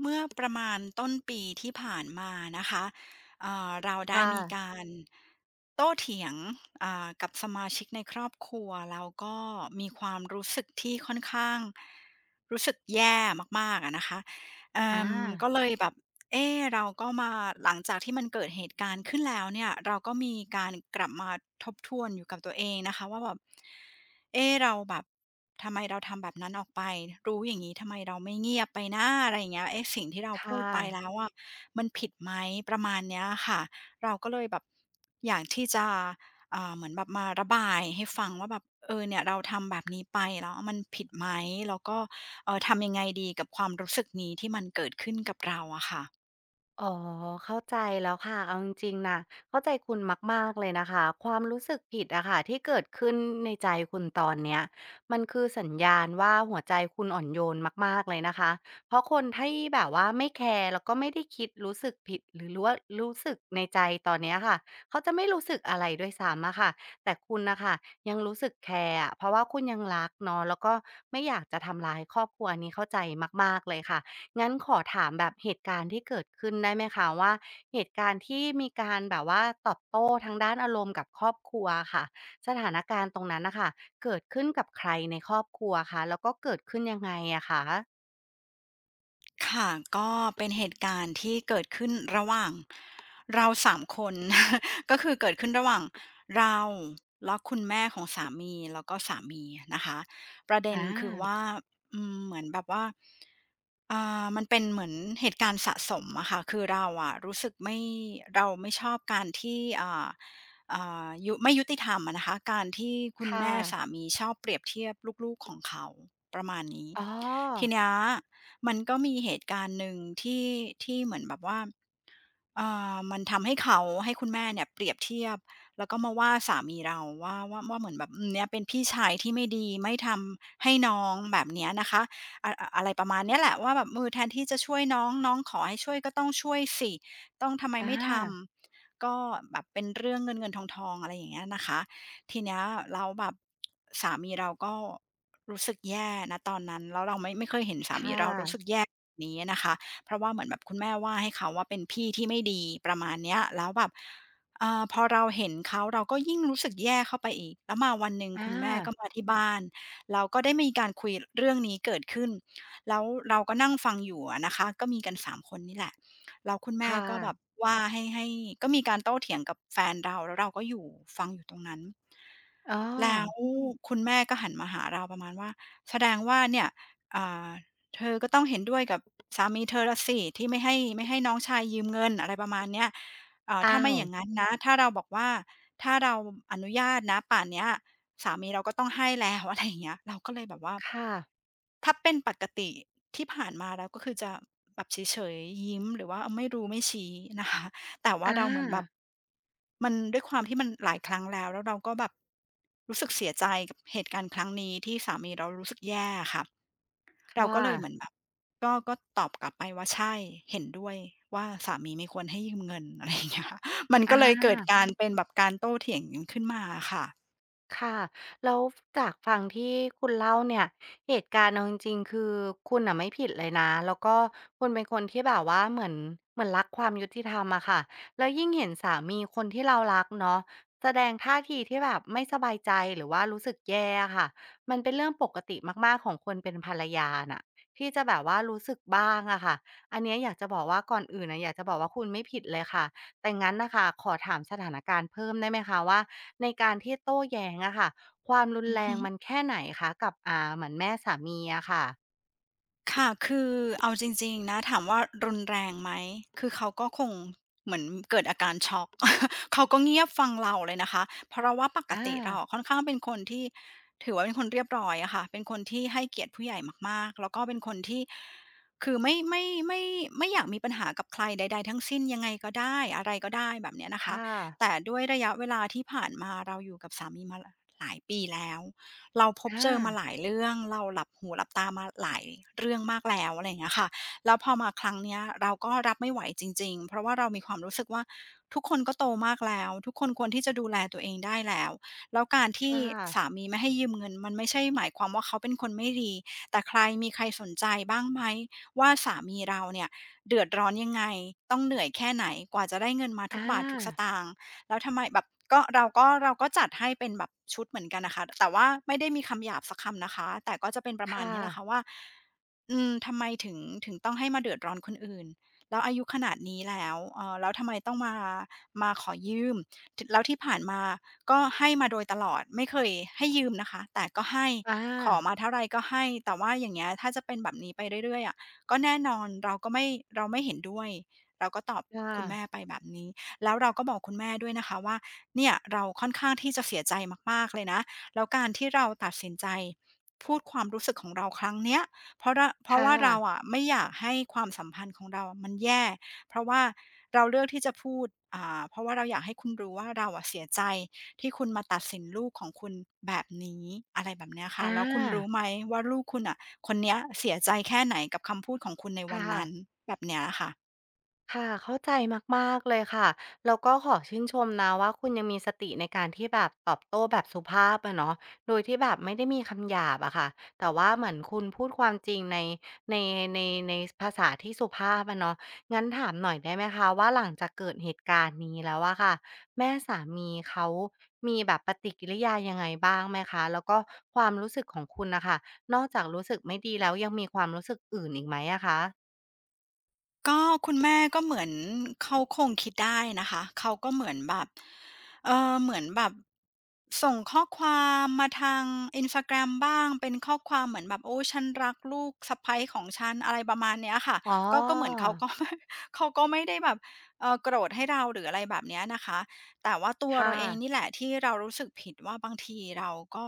เมื่อประมาณต้นปีที่ผ่านมานะคะเราคได้มี่ะการโต้เถียงกับสมาชิกในครอบครัวแล้วก็มีความรู้สึกที่ค่อนข้างรู้สึกแย่มากๆอะนะคะเอ่อาอก็เลยแบบ เอ๊เราก็มาหลังจากที่มันเกิดเหตุการณ์ขึ้นแล้วเนี่ยเราก็มีการกลับมาทบทวนอยู่กับตัวเองนะคะว่าแบบเอ๊เราแบบทำไมเราทำแบบนั้นออกไปรู้อย่างนี้ทำไมเราไม่เงียบไปนะอะไรอย่างเงี้ยเอ๊สิ่งที่เราพูดค่ะไปแล้วอะมันผิดไหมประมาณเนี้ยค่ะเราก็เลยแบบอยากที่จะเหมือนแบบมาระบายให้ฟังว่าแบบเออเนี่ยเราทำแบบนี้ไปแล้วมันผิดไหมแล้วก็เออทำยังไงดีกับความรู้สึกนี้ที่มันเกิดขึ้นกับเราอะค่ะ อ๋อเข้าใจแล้วค่ะเอาจริงๆนะเข้าใจคุณมากๆเลยนะคะความรู้สึกผิดอะค่ะที่เกิดขึ้นในใจคุณตอนเนี้ยมันคือสัญญาณว่าหัวใจคุณอ่อนโยนมากๆเลยนะคะเพราะคนที่แบบว่าไม่แคร์แล้วก็ไม่ได้คิดรู้สึกผิดหรือรู้ว่ารู้สึกในใจตอนเนี้ยค่ะเขาจะไม่รู้สึกอะไรด้วยซ้ำอะค่ะแต่คุณนะคะยังรู้สึกแคร์อะเพราะว่าคุณยังรักเนาะแล้วก็ไม่อยากจะทำร้ายครอบครัวอันนี้เข้าใจมากๆเลยค่ะ งั้นขอถามแบบเหตุการณ์ที่เกิดขึ้นได้ไหมคะว่าเหตุการณ์ที่มีการแบบว่าตอบโต้ทางด้านอารมณ์กับครอบครัวค่ะสถานการณ์ตรงนั้นน่ะค่ะเกิดขึ้นกับใครในครอบครัวคะแล้วก็เกิดขึ้นยังไงอะคะค่ะก็เป็นเหตุการณ์ที่เกิดขึ้นระหว่างเราสามคน ก็คือเกิดขึ้นระหว่างเราแล้วคุณแม่ของสามีแล้วก็สามีนะคะประเด็นอาคือว่าอืมเหมือนแบบว่า มันเป็นเหมือนเหตุการณ์สะสมอะค่ะ คือเราอะรู้สึกไม่เราไม่ชอบการที่ยุไม่ยุติธรรมอะนะคะการที่คุณค่ะแม่สามีชอบเปรียบเทียบลูกๆของเขาประมาณนี้อ๋อทีเนี้ยมันก็มีเหตุการณ์หนึ่งที่ที่เหมือนแบบว่า อ่มันทำให้เขาให้คุณแม่เนี่ยเปรียบเทียบแล้วก็มาว่าสามีเราว่าเหมือนแบบอืมเนี่ยเป็นพี่ชายที่ไม่ดีไม่ทำให้น้องแบบเนี้ยนะคะอะไรประมาณเนี้ยแหละว่าแบบมือแทนที่จะช่วยน้องน้องขอให้ช่วยก็ต้องช่วยสิต้องทำไมอาไม่ทำก็แบบเป็นเรื่องเงินๆทองๆองอะไรอย่างเงี้ยนะคะทีเนี้ยแล้แบบสามีเราก็รู้สึกแย่นะตอนนั้นแล้วเราไม่เคยเห็นสามีค่ะเรารู้สึกแย่แบบนี้นะคะ เพราะว่าเหมือนแบบคุณแม่ว่าให้เขาว่าเป็นพี่ที่ไม่ดีประมาณเนี้ยแล้วแบบอ่อพอเราเห็นเขาเราก็ยิ่งรู้สึกแย่เข้าไปอีกแล้วมาวันหนึ่งอาคุณแม่ก็มาที่บ้านเราก็ได้มีการคุยเรื่องนี้เกิดขึ้นแล้วเราก็นั่งฟังอยู่อะนะคะก็มีกันสามคนนี่แหละแล้วคุณแม่ค่ะก็แบบว่าให้ก็มีการโต้เถียงกับแฟนเราแล้วเราก็อยู่ฟังอยู่ตรงนั้นอ้อแล้วคุณแม่ก็หันมาหาเราประมาณว่าแสดงว่าเนี่ยอ่า เธอก็ต้องเห็นด้วยกับสามีเธอละสิที่ไม่ให้น้องชายยืมเงินอะไรประมาณเนี้ยอ้าถ้าไม่วอย่างงั้นนะถ้าเราบอกว่าถ้าเราอนุญาตนะป่านเนี้ยสามีเราก็ต้องให้แล้ว อะไรอย่างเงี้ยเราก็เลยแบบว่าค่ะถ้าเป็นปกติที่ผ่านมาแล้วก็คือจะแบบเฉยๆยิ้มหรือว่าไม่รู้ไม่ชี้นะคะแต่อว่าเราเหมือนแบบามันด้วยความที่มันหลายครั้งแล้วแล้วเราก็แบบรู้สึกเสียใจกับเหตุการณ์ครั้งนี้ที่สามีเรารู้สึกแย่อะค่ะ เราก็ค่ะเลยเหมือนแบบก็ตอบกลับไปว่าใช่เห็นด้วยว่าสามีไม่ควรให้ยืมเงินอะไรอย่างเงี้ยค่ะมันก็เลยเกิอา ดการเป็นแบบการโต้เถียงกันขึ้นมาอะค่ะค่ะแล้วจากฟังที่คุณเล่าเนี่ยเหตุการณ์เอาจริงๆคือคุณน่ะไม่ผิดเลยนะแล้วก็คุณเป็นคนที่แบบว่าเหมือนรักความยุติธรรมอะค่ะแล้วยิ่งเห็นสามีคนที่เรารักเนาะแสดงท่าทีที่แบบไม่สบายใจหรือว่ารู้สึกแย่อะค่ะมันเป็นเรื่องปกติมากๆของคนเป็นภรรยาน่ะที่จะแบบว่ารู้สึกบ้างอะค่ะอันเนี้ยอยากจะบอกว่าก่อนอื่นน่ะอยากจะบอกว่าคุณไม่ผิดเลยค่ะแต่งั้นน่ะค่ะขอถามสถานการณ์เพิ่มได้ไหมคะว่า ในการที่โต้แย้งอะค่ะความรุนอือแรฮึ งมันแค่ไหนคะกับเหมือนแม่สามีอะค่ะค่ะคือเอาจริงๆนะถามว่ารุนแรงไหม คือเขาก็คงเหมือนเกิดอาการช็อก เขาก็เงียบฟังเราเลยนะคะ เพราะว่าปกอติเราอะาค่อนข้างเป็นคนที่ถือว่าเป็นคนเรียบร้อยอะค่ะเป็นคนที่ให้เกียรติผู้ใหญ่มากๆแล้วก็เป็นคนที่คือไม่อยากมีปัญหากับใครใดๆทั้งสิ้นยังไงก็ได้อะไรก็ได้แบบเนี้ยนะคะ ค่ะแต่ด้วยระยะเวลาที่ผ่านมาเราอยู่กับสามีมาหลายปีแล้ว เราพบอาเจอมาหลายเรื่องเราหลับหูหลับตามาหลายเรื่องมากแล้วอะไรอย่างเงี้ยค่ะแล้วพอมาครั้งเนี้ยเราก็รับไม่ไหวจริงๆเพราะว่าเรามีความรู้สึกว่าทุกคนก็โตมากแล้วทุกคนควรที่จะดูแลตัวเองได้แล้วแล้วการที่ค่ะสามีไม่ให้ยืมเงินมันไม่ใช่หมายความว่าเขาเป็นคนไม่ดีแต่ใครมีใครสนใจบ้างไหมว่าสามีเราเนี่ยเดือดร้อนยังไงต้องเหนื่อยแค่ไหนกว่าจะได้เงินมาทุกอาบาททุกสตางค์ แล้วทำไมแบบก็เราก็เราก็จัดให้เป็นแบบชุดเหมือนกันนะคะแต่ว่าไม่ได้มีคำหยาบสักคำนะคะแต่ก็จะเป็นประมาณค่ะนี้แหละค่ะว่าทำไมถึงต้องให้มาเดือดร้อนคนอื่นแล้วอายุขนาดนี้แล้วแล้วทำไมต้องมาขอยืมแล้วที่ผ่านมาก็ให้มาโดยตลอดไม่เคยให้ยืมนะคะแต่ก็ให้อาขอมาเท่าไรก็ให้แต่ว่าอย่างเงี้ยถ้าจะเป็นแบบนี้ไปเรื่อยๆอะก็แน่นอนเราก็ไม่เราไม่เห็นด้วยเราก็ตอบค่ะคุณแม่ไปแบบนี้ แล้วเราก็บอกคุณแม่ด้วยนะคะว่าเนี่ยเราค่อนข้างที่จะเสียใจมากๆเลยนะแล้วการที่เราตัดสินใจพูดความรู้สึกของเราครั้งเนี้ยเพราะค่ะว่าเราอะไม่อยากให้ความสัมพันธ์ของเรามันแย่เพราะว่าเราเลือกที่จะพูดเพราะว่าเราอยากให้คุณรู้ว่าเราอะเสียใจที่คุณมาตัดสินลูกของคุณแบบนี้อะไรแบบเนี้ยค่ะอาแล้วคุณรู้ไหมว่าลูกคุณน่ะคนเนี้ยเสียใจแค่ไหนกับคำพูดของคุณในวันค่ะ นั้นแบบเนี้ยค่ะ ค่ะเข้าใจมากๆเลยค่ะแล้วก็ขอชื่นชมนะว่าคุณยังมีสติในการที่แบบตอบโต้แบบสุภาพอะเนาะโดยที่แบบไม่ได้มีคำหยาบอะค่ะแต่ว่าเหมือนคุณพูดความจริงในในในภาษาที่สุภาพอะเนาะงั้นถามหน่อยได้ไหมคะว่าหลังจากเกิดเหตุการณ์นี้แล้วอะค่ะแม่สามีเขามีแบบปฏิกิริยายังไงบ้างไหมคะแล้วก็ความรู้สึกของคุณน่ะค่ะนอกจากรู้สึกไม่ดีแล้วยังมีความรู้สึกอื่นอีกไหมอะคะก็คุณแม่ก็เหมือนเขาคงคิดได้นะคะเขาก็เหมือนแบบเหมือนแบบส่งข้อความมาทาง Instagram บ้างเป็นข้อความเหมือนแบบโอ้ฉันรักลูกสะใภ้ของฉันอะไรประมาณเนี้ยค่ะอ๋อก็เหมือนเขาก็ เขาก็ไม่ได้แบบโกรธให้เราหรืออะไรแบบเนี้ยนะคะแต่ว่าตัวเราค่ะ เองนี่แหละที่เรารู้สึกผิดว่าบางทีเราก็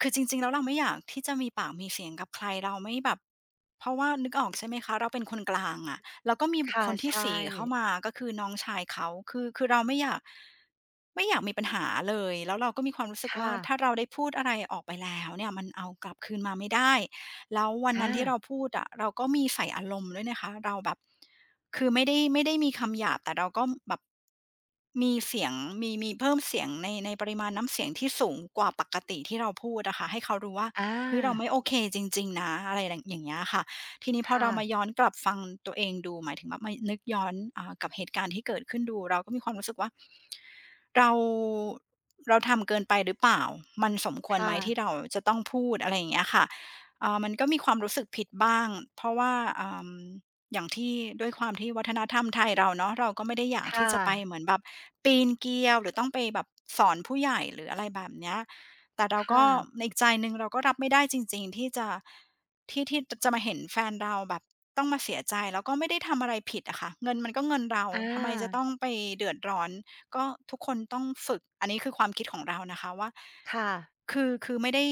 คือจริงๆแล้วเราไม่อยากที่จะมีปากมีเสียงกับใครเราไม่แบบเพราะว่านึกออกใช่ไหมคะเราเป็นคนกลางอะแล้วก็มีบุคคค่ะลที่ใช่เข้ามาก็คือน้องชายเขาคือเราไม่อยากไม่อยากมีปัญหาเลยแล้วเราก็มีความรู้สึกว่าค่ะถ้าเราได้พูดอะไรออกไปแล้วเนี่ยมันเอากลับคืนมาไม่ได้ แล้ววันนั้อานที่เราพูดอะเราก็มีใส่อารมณ์ด้วยนะคะเราแบบคือไม่ได้มีคำหยาบแต่เราก็แบบมีเสียงมีเพิ่มเสียงในปริมาณน้ำเสียงที่สูงกว่าปกติที่เราพูดอะค่ะให้เขารู้ว่าอเฮ้ยเราาไม่โอเคจริงๆนะอะไรอย่างเงี้ยค่ะทีนี้พอเราค่ะมาย้อนกลับฟังตัวเองดูหมายถึงแบบมานึกย้อนกับเหตุการณ์ที่เกิดขึ้นดูเราก็มีความรู้สึกว่าเราเราทำเกินไปหรือเปล่ามันสมควรไหมค่ะที่เราจะต้องพูดอะไรอย่างเงี้ยค่ะ มันก็มีความรู้สึกผิดบ้างเพราะว่าอมอย่างที่ด้วยความที่วัฒนธรรมไทยเราเนาะเราก็ไม่ได้อยากที่ค่ะจะไปเหมือนแบบปีนเกลียวหรือต้องไปแบบสอนผู้ใหญ่หรืออะไรแบบเนี้ยแต่เราก็ค่ะในอีกใจหนึ่งเราก็รับไม่ได้จริงๆที่จะที่จะมาเห็นแฟนเราแบบต้องมาเสียใจแล้วก็ไม่ได้ทำอะไรผิดอะค่ะเงินมันก็เงินเราอทำไมจะต้องาไปเดือดร้อนก็ทุกคนต้องฝึกอันนี้คือความคิดของเรานะคะว่า ค่ะคือไม่ได้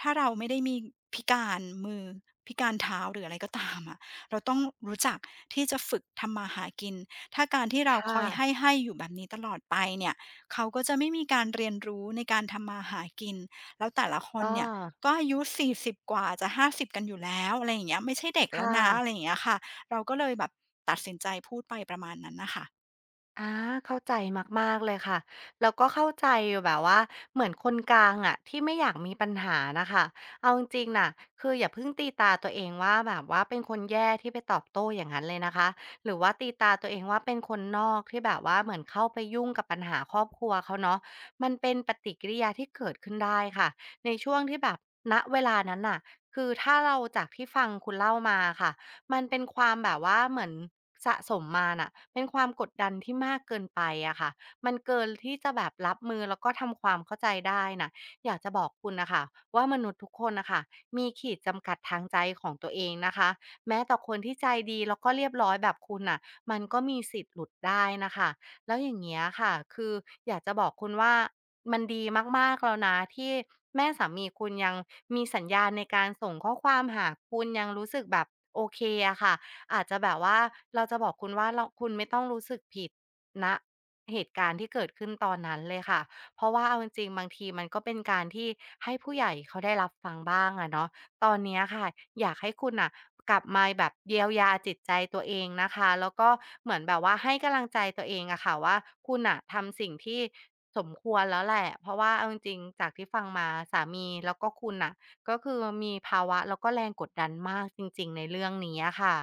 ถ้าเราไม่ได้มีพิการมือพิการเท้าหรืออะไรก็ตามอะเราต้องรู้จักที่จะฝึกทำมาหากินถ้าการที่เราคค่ะอยให้อยู่แบบนี้ตลอดไปเนี่ยเขาก็จะไม่มีการเรียนรู้ในการทำมาหากินแล้วแต่ละคนอ้อเนี่ยก็อายุ40กว่าจะ50กันอยู่แล้วอะไรอย่างเงี้ยไม่ใช่เด็กแล้วค่ะ นะอะไรอย่างเงี้ยค่ะเราก็เลยแบบตัดสินใจพูดไปประมาณนั้นน่ะค่ะ อาเข้าใจมากๆเลยค่ะแล้วก็เข้าใจแบบว่าเหมือนคนกลางอะที่ไม่อยากมีปัญหานะคะเอาจริงๆน่ะคืออย่าเพิ่งตีตาตัวเองว่าแบบว่าเป็นคนแย่ที่ไปตอบโต้อย่างนั้นเลยนะคะหรือว่าตีตาตัวเองว่าเป็นคนนอกที่แบบว่าเหมือนเข้าไปยุ่งกับปัญหาครอบครัวเขาเนาะมันเป็นปฏิกิริยาที่เกิดขึ้นได้ค่ะในช่วงที่แบบณเวลานั้นน่ะคือถ้าเราจากที่ฟังคุณเล่ามาค่ะ มันเป็นความแบบว่าเหมือนสะสมมาน่ะเป็นความกดดันที่มากเกินไปอะค่ะมันเกินที่จะแบบรับมือแล้วก็ทำความเข้าใจได้น่ะอยากจะบอกคุณน่ะค่ะว่ามนุษย์ทุกคนน่ะค่ะมีขีดจำกัดทางใจของตัวเองนะคะแม้แต่คนที่ใจดีแล้วก็เรียบร้อยแบบคุณน่ะมันก็มีสิทธิ์หลุดได้น่ะค่ะ แล้วอย่างเงี้ยค่ะคืออยากจะบอกคุณว่ามันดีมากๆแล้วนะที่แม่สามีคุณยังมีสัญญาณในการส่งข้อความหาคุณยังรู้สึกแบบโอเคอะค่ะอาจจะแบบว่าเราจะบอกคุณว่าเราคุณไม่ต้องรู้สึกผิดณเหตุการณ์ที่เกิดขึ้นตอนนั้นเลยค่ะเพราะว่าเอาจริงๆบางทีมันก็เป็นการที่ให้ผู้ใหญ่เขาได้รับฟังบ้างอะเนาะ ตอนเนี้ยค่ะอยากให้คุณน่ะกลับมาแบบเยียวยาจิตใจตัวเองนะคะแล้วก็เหมือนแบบว่าให้กำลังใจตัวเองอะค่ะว่าคุณน่ะทำสิ่งที่สมควรแล้วแหละเพราะว่าเอาจริงๆจากที่ฟังมาสามีแล้วก็คุณน่ะก็คือมีภาวะแล้วก็แรงกดดันมากจริงๆในเรื่องนี้อะค่ะ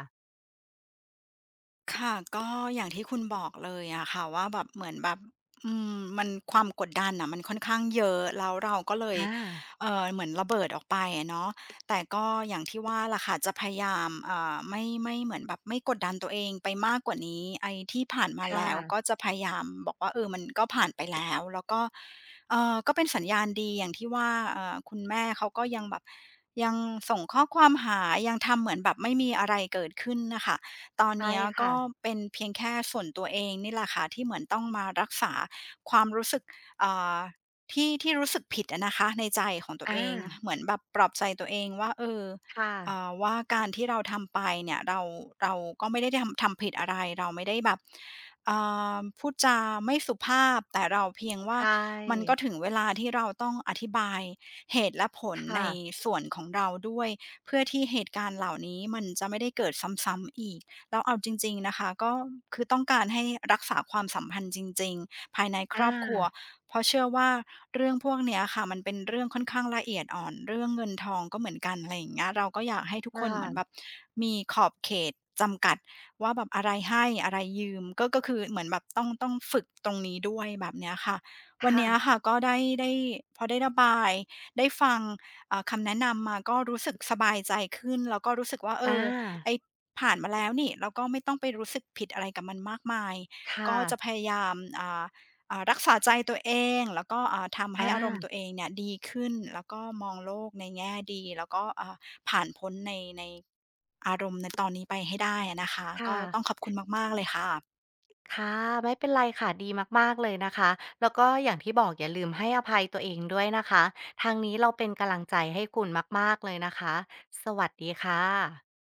ค่ะก็อย่างที่คุณบอกเลยอะค่ะว่าแบบเหมือนแบบมันความกดดันน่ะมันค่อนข้างเยอะแล้วเราก็เลยอาเหมือนระเบิดออกไปอะเนาะแต่ก็อย่างที่ว่าล่ะค่ะจะพยายามไม่เหมือนแบบไม่กดดันตัวเองไปมากกว่านี้ไอ้ที่ผ่านมาค่ะแล้วก็จะพยายามบอกว่าเออมันก็ผ่านไปแล้วแล้วก็ก็เป็นสัญญาณดีอย่างที่ว่าคุณแม่เขาก็ยังแบบยังส่งข้อความหายังทำเหมือนแบบไม่มีอะไรเกิดขึ้นน่ะค่ะ ตอนใช่เนี้ยก็ค่ะเป็นเพียงแค่ส่วนตัวเองนี่แหละค่ะที่เหมือนต้องมารักษาความรู้สึกอ่าที่รู้สึกผิดอะนะคะในใจของตัวเออางเหมือนแบบปลอบใจตัวเองว่าเออค่ะว่าการที่เราทำไปเนี่ยเราก็ไม่ได้ทำผิดอะไรเราไม่ได้แบบอ่พูดจาไม่สุภาพแต่เราเพียงใชว่ามันก็่ถึงเวลาที่เราต้องอธิบายเหตุและผลในค่ะส่วนของเราด้วยเพื่อที่เหตุการณ์เหล่านี้มันจะไม่ได้เกิดซ้ำๆอีก แล้วเอาจริงๆนะคะก็คือต้องการให้รักษาความสัมพันธ์จริงๆภายในครอาอบครัวเพราะเชื่อว่าเรื่องพวกเนี้ยค่ะมันเป็นเรื่องค่อนข้างละเอียดอ่อนเรื่องเงินทองก็เหมือนกันอะไรอย่างเงี้ยเราก็อยากให้ทุกคคนเหมือนแบบ่ะมีขอบเขตจำกัดว่าแบบอะไรให้อะไรยืมก็คือเหมือนแบบต้องฝึกตรงนี้ด้วยแบบเนี้ยค่ะวันเนี้ยค่ะค่ะก็ได้ได้พอได้ระบายได้ฟังคำแนะนำมาก็รู้สึกสบายใจขึ้นแล้วก็รู้สึกว่าเออาอไอ้ ผ่านมาแล้วนี่เราก็ไม่ต้องไปรู้สึกผิดอะไรกับมันมากมายก็ค่ะจะพยายามรักษาใจตัวเองแล้วก็ทำให้อาอารมณ์ตัวเองเนี่ยดีขึ้นแล้วก็มองโลกในแง่ดีแล้วก็ผ่านพ้นในในอารมณ์ในตอนนี้ไปให้ได้อะนะคะค่ะ ก็ต้องขอบคุณมากๆเลยค่ะค่ะไม่เป็นไรค่ะดีมากๆเลยนะคะแล้วก็อย่างที่บอกอย่าลืมให้อภัยตัวเองด้วยนะคะทางนี้เราเป็นกำลังใจให้คุณมากๆเลยนะคะสวัสดีค่ะ